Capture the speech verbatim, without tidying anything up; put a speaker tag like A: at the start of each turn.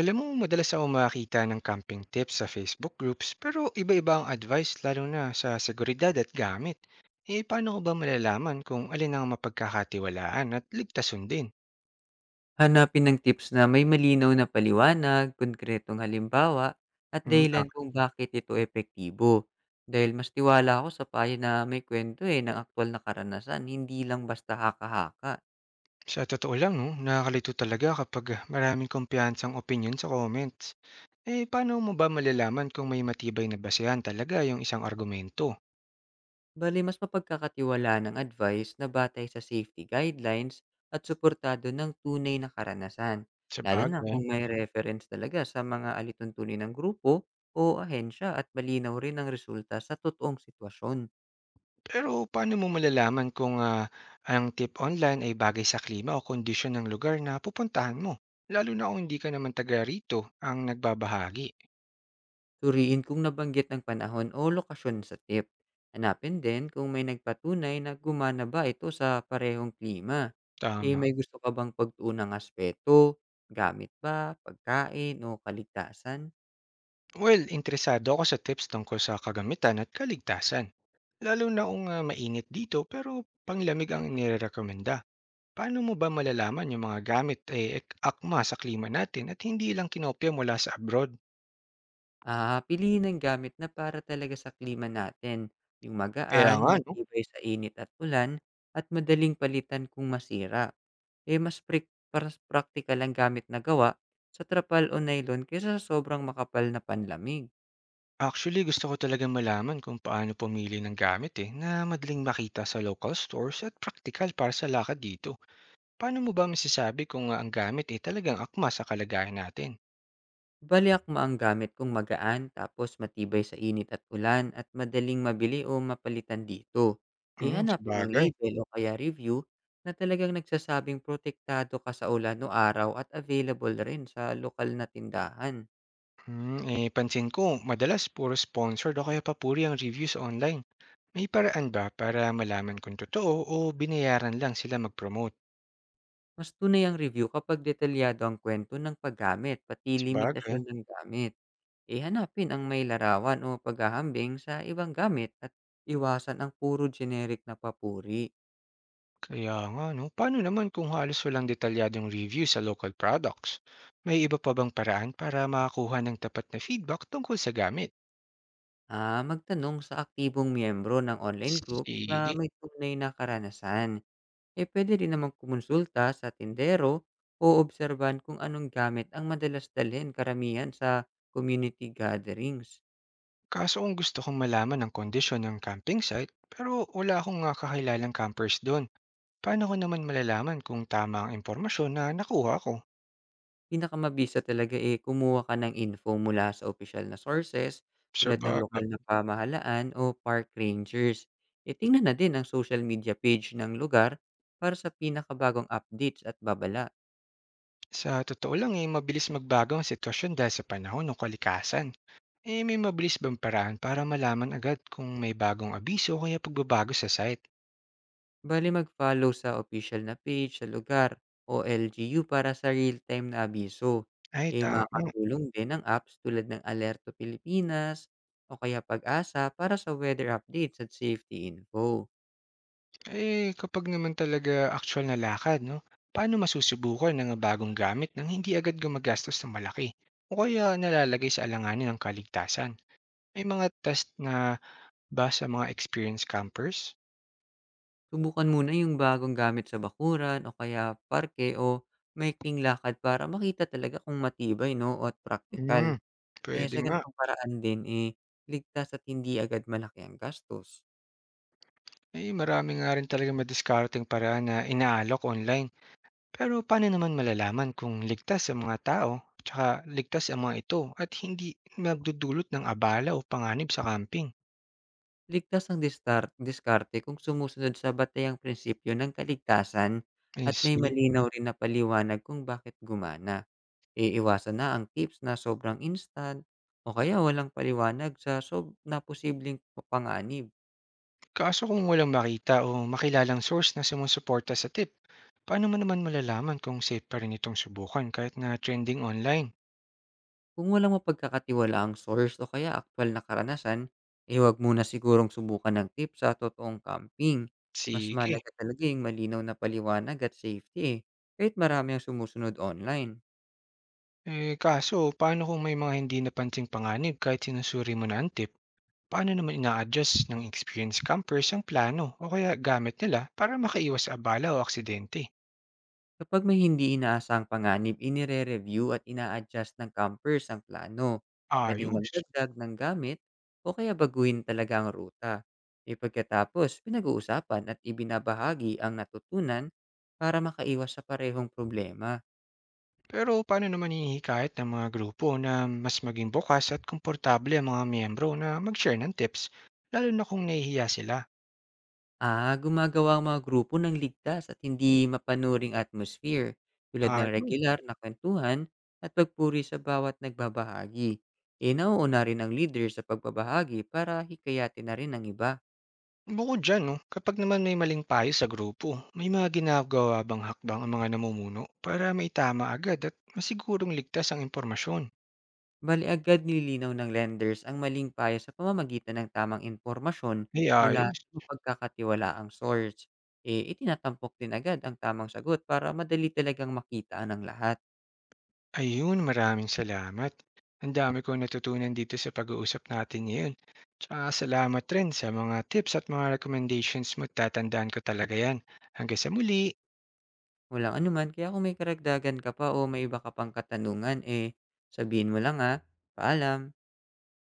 A: Alam mo, madalas ako makita ng camping tips sa Facebook groups pero iba-iba ang advice lalo na sa seguridad at gamit. Eh, paano ko ba malalaman kung alin ang mapagkakatiwalaan at ligtas sundin?
B: Hanapin ng tips na may malinaw na paliwanag, konkretong halimbawa, at
A: Hmm, ah,
B: dahilan kung bakit ito epektibo. Dahil mas tiwala ako sa payo na may kwento eh ng aktwal na karanasan, hindi lang basta haka-haka.
A: sa totoo lang, no, nakakalito talaga kapag maraming kumpiyansang opinion sa comments. Eh, paano mo ba malalaman kung may matibay na basehan talaga yung isang argumento?
B: Bali, mas mapagkakatiwala ng advice na batay sa safety guidelines at suportado ng tunay na karanasan.
A: Sa
B: Lalo na
A: bagay.
B: kung may reference talaga sa mga alituntunin ng grupo o ahensya at malinaw rin ang resulta sa totoong sitwasyon.
A: Pero paano mo malalaman kung ah, ang tip online ay bagay sa klima o kondisyon ng lugar na pupuntahan mo? Lalo na kung hindi ka naman taga rito ang nagbabahagi.
B: Suriin kung nabanggit ng panahon o lokasyon sa tip. Hanapin din kung may nagpatunay na gumana ba ito sa parehong klima. Eh
A: Tama.
B: may gusto ka bang pagtuunang aspeto? Gamit ba? Pagkain o kaligtasan?
A: Well, interesado ako sa tips tungkol sa kagamitan at kaligtasan. Lalo na kung ah, mainit dito pero panglamig ang inirekomenda. Paano mo ba malalaman yung mga gamit ay eh, akma sa klima natin at hindi lang kinopya mula sa abroad?
B: Ah, piliin ang gamit na para talaga sa klima natin. Yung
A: Kaya
B: magaan,
A: nga, no?
B: matibay sa init at ulan, at madaling palitan kung masira. Eh mas prik- paras- practical ang gamit na gawa sa trapal o nylon kaysa sa sobrang makapal na panlamig.
A: Actually, gusto ko talagang malaman kung paano pumili ng gamit eh, na madaling makita sa local stores at practical para sa lakad dito. Paano mo ba masasabi kung ah, ang gamit eh talagang akma sa kalagayan natin?
B: Bale akma ang gamit kong magaan tapos matibay sa init at ulan at madaling mabili o mapalitan dito. Eh,
A: Hmm,
B: hanapin ang
A: sabagay.
B: label o kaya review na talagang nagsasabing protektado ka sa ulan o araw at available rin sa lokal na tindahan.
A: Hmm, eh pansin ko, madalas puro sponsored o kaya papuri ang reviews online. May paraan ba para malaman kung totoo o binayaran lang sila mag-promote?
B: Mas tunay ang review kapag detalyado ang kwento ng paggamit pati
A: Sabagay.
B: limitasyon ng gamit. Eh, hanapin ang may larawan o paghahambing sa ibang gamit at iwasan ang puro generic na papuri.
A: Kaya nga, no? Paano naman kung halos walang detalyadong review sa local products? May iba pa bang paraan para makakuha ng tapat na feedback tungkol sa gamit?
B: Ah, magtanong sa aktibong miyembro ng online group na
A: Sige.
B: may tunay na karanasan. Eh pwede rin namang kumonsulta sa tindero o obserban kung anong gamit ang madalas dalhin karamihan sa community gatherings.
A: Kaso kung gusto kong malaman ang kondisyon ng camping site, pero wala akong nga kakilalang campers doon, paano ko naman malalaman kung tama ang impormasyon na nakuha ko?
B: Pinakamabisa talaga eh kumuha ka ng info mula sa official na sources
A: Sa
B: tulad ng
A: baga.
B: lokal na pamahalaan o park rangers. Itingnan na din ang social media page ng lugar para sa pinakabagong updates at babala.
A: Sa totoo lang eh, mabilis magbago ang sitwasyon dahil sa panahon o kalikasan. Eh, may mabilis bang paraan para malaman agad kung may bagong abiso o kaya pagbabago sa site?
B: Bali mag-follow sa official na page sa lugar o L G U para sa real-time na abiso.
A: Ay
B: E
A: tama.
B: makakatulong din ang apps tulad ng Alerto Pilipinas o kaya Pag-asa para sa weather updates at safety info.
A: Eh, kapag naman talaga actual na lakad 'no, paano masusubukan ang bagong gamit nang hindi agad gumagastos ng malaki o kaya nalalagay sa alanganin ng kaligtasan? May mga test na ba sa mga experienced campers?
B: Subukan muna yung bagong gamit sa bakuran o kaya parke o maikling lakad para makita talaga kung matibay no at practical.
A: Hmm,
B: Eh
A: Puwede
B: sa
A: nga.
B: ganitong paraan din eh ligtas at hindi agad malaki ang gastos.
A: Eh, marami nga rin talagang madiskarteng paraan na inaalok online. Pero paano naman malalaman kung ligtas ang mga tao tsaka ligtas ang mga ito at hindi magdudulot ng abala o panganib sa camping?
B: Ligtas ang distar diskarte kung sumusunod sa batayang prinsipyo ng kaligtasan
A: I
B: at may
A: see.
B: malinaw Mm. rin na paliwanag kung bakit gumana. Iiwasan na ang tips na sobrang instant o kaya walang paliwanag sa sob na posibleng panganib.
A: Kaso kung walang makita o makilalang source na sumusuporta sa tip, paano mo naman malalaman kung safe pa rin itong subukan kahit na trending online?
B: Kung walang mapagkakatiwalaang source o kaya aktwal na karanasan, eh huwag muna sigurong subukan ng tips sa totoong camping. Mas
A: Sige.
B: mahalaga talaga yung malinaw na paliwanag at safety eh, kahit marami ang sumusunod online.
A: Eh kaso, paano kung may mga hindi napansing panganib kahit sinusuri mo na ang tip? Paano naman ina-adjust ng experienced campers ang plano o kaya gamit nila para makaiwas sa abala o aksidente?
B: Kapag may hindi inaasahang panganib, inire-review at ina-adjust ng campers ang plano. Pwedeng
A: Ayos.
B: magdagdag ng gamit o kaya baguhin talaga ang ruta. E pagkatapos, pinag-uusapan at ibinabahagi ang natutunan para makaiwas sa parehong problema.
A: Pero paano naman hinihikayat ng mga grupo na mas maging bukas at komportable ang mga miyembro na mag-share ng tips, lalo na kung nahihiya sila?
B: Ah, gumagawa ang mga grupo ng ligtas at hindi mapanuring atmosphere tulad ng
A: Ayos.
B: regular na kwentuhan at pagpuri sa bawat nagbabahagi. E nauuna rin ang leader sa pagbabahagi para hikayatin na rin ang iba.
A: Bukod diyan 'no, kapag naman may maling payo sa grupo, may mga ginagawa bang hakbang ang mga namumuno para maitama agad at masigurong ligtas ang impormasyon?
B: Bale agad nililinaw ng lenders ang maling payo sa pamamagitan ng tamang impormasyon
A: Ay,
B: mula sa
A: ayos.
B: mapagkakatiwalaang source. Eh, itinatampok din agad ang tamang sagot para madali talagang makita ng lahat.
A: Ayun, maraming salamat. Ang dami kong natutunan dito sa pag-uusap natin ngayon. Tsaka salamat rin sa mga tips at mga recommendations mo, tatandaan ko talaga 'yan. Hanggang sa muli.
B: Walang anuman, kaya kung may karagdagan ka pa o may iba ka pang katanungan, eh, sabihin mo lang ha. Paalam!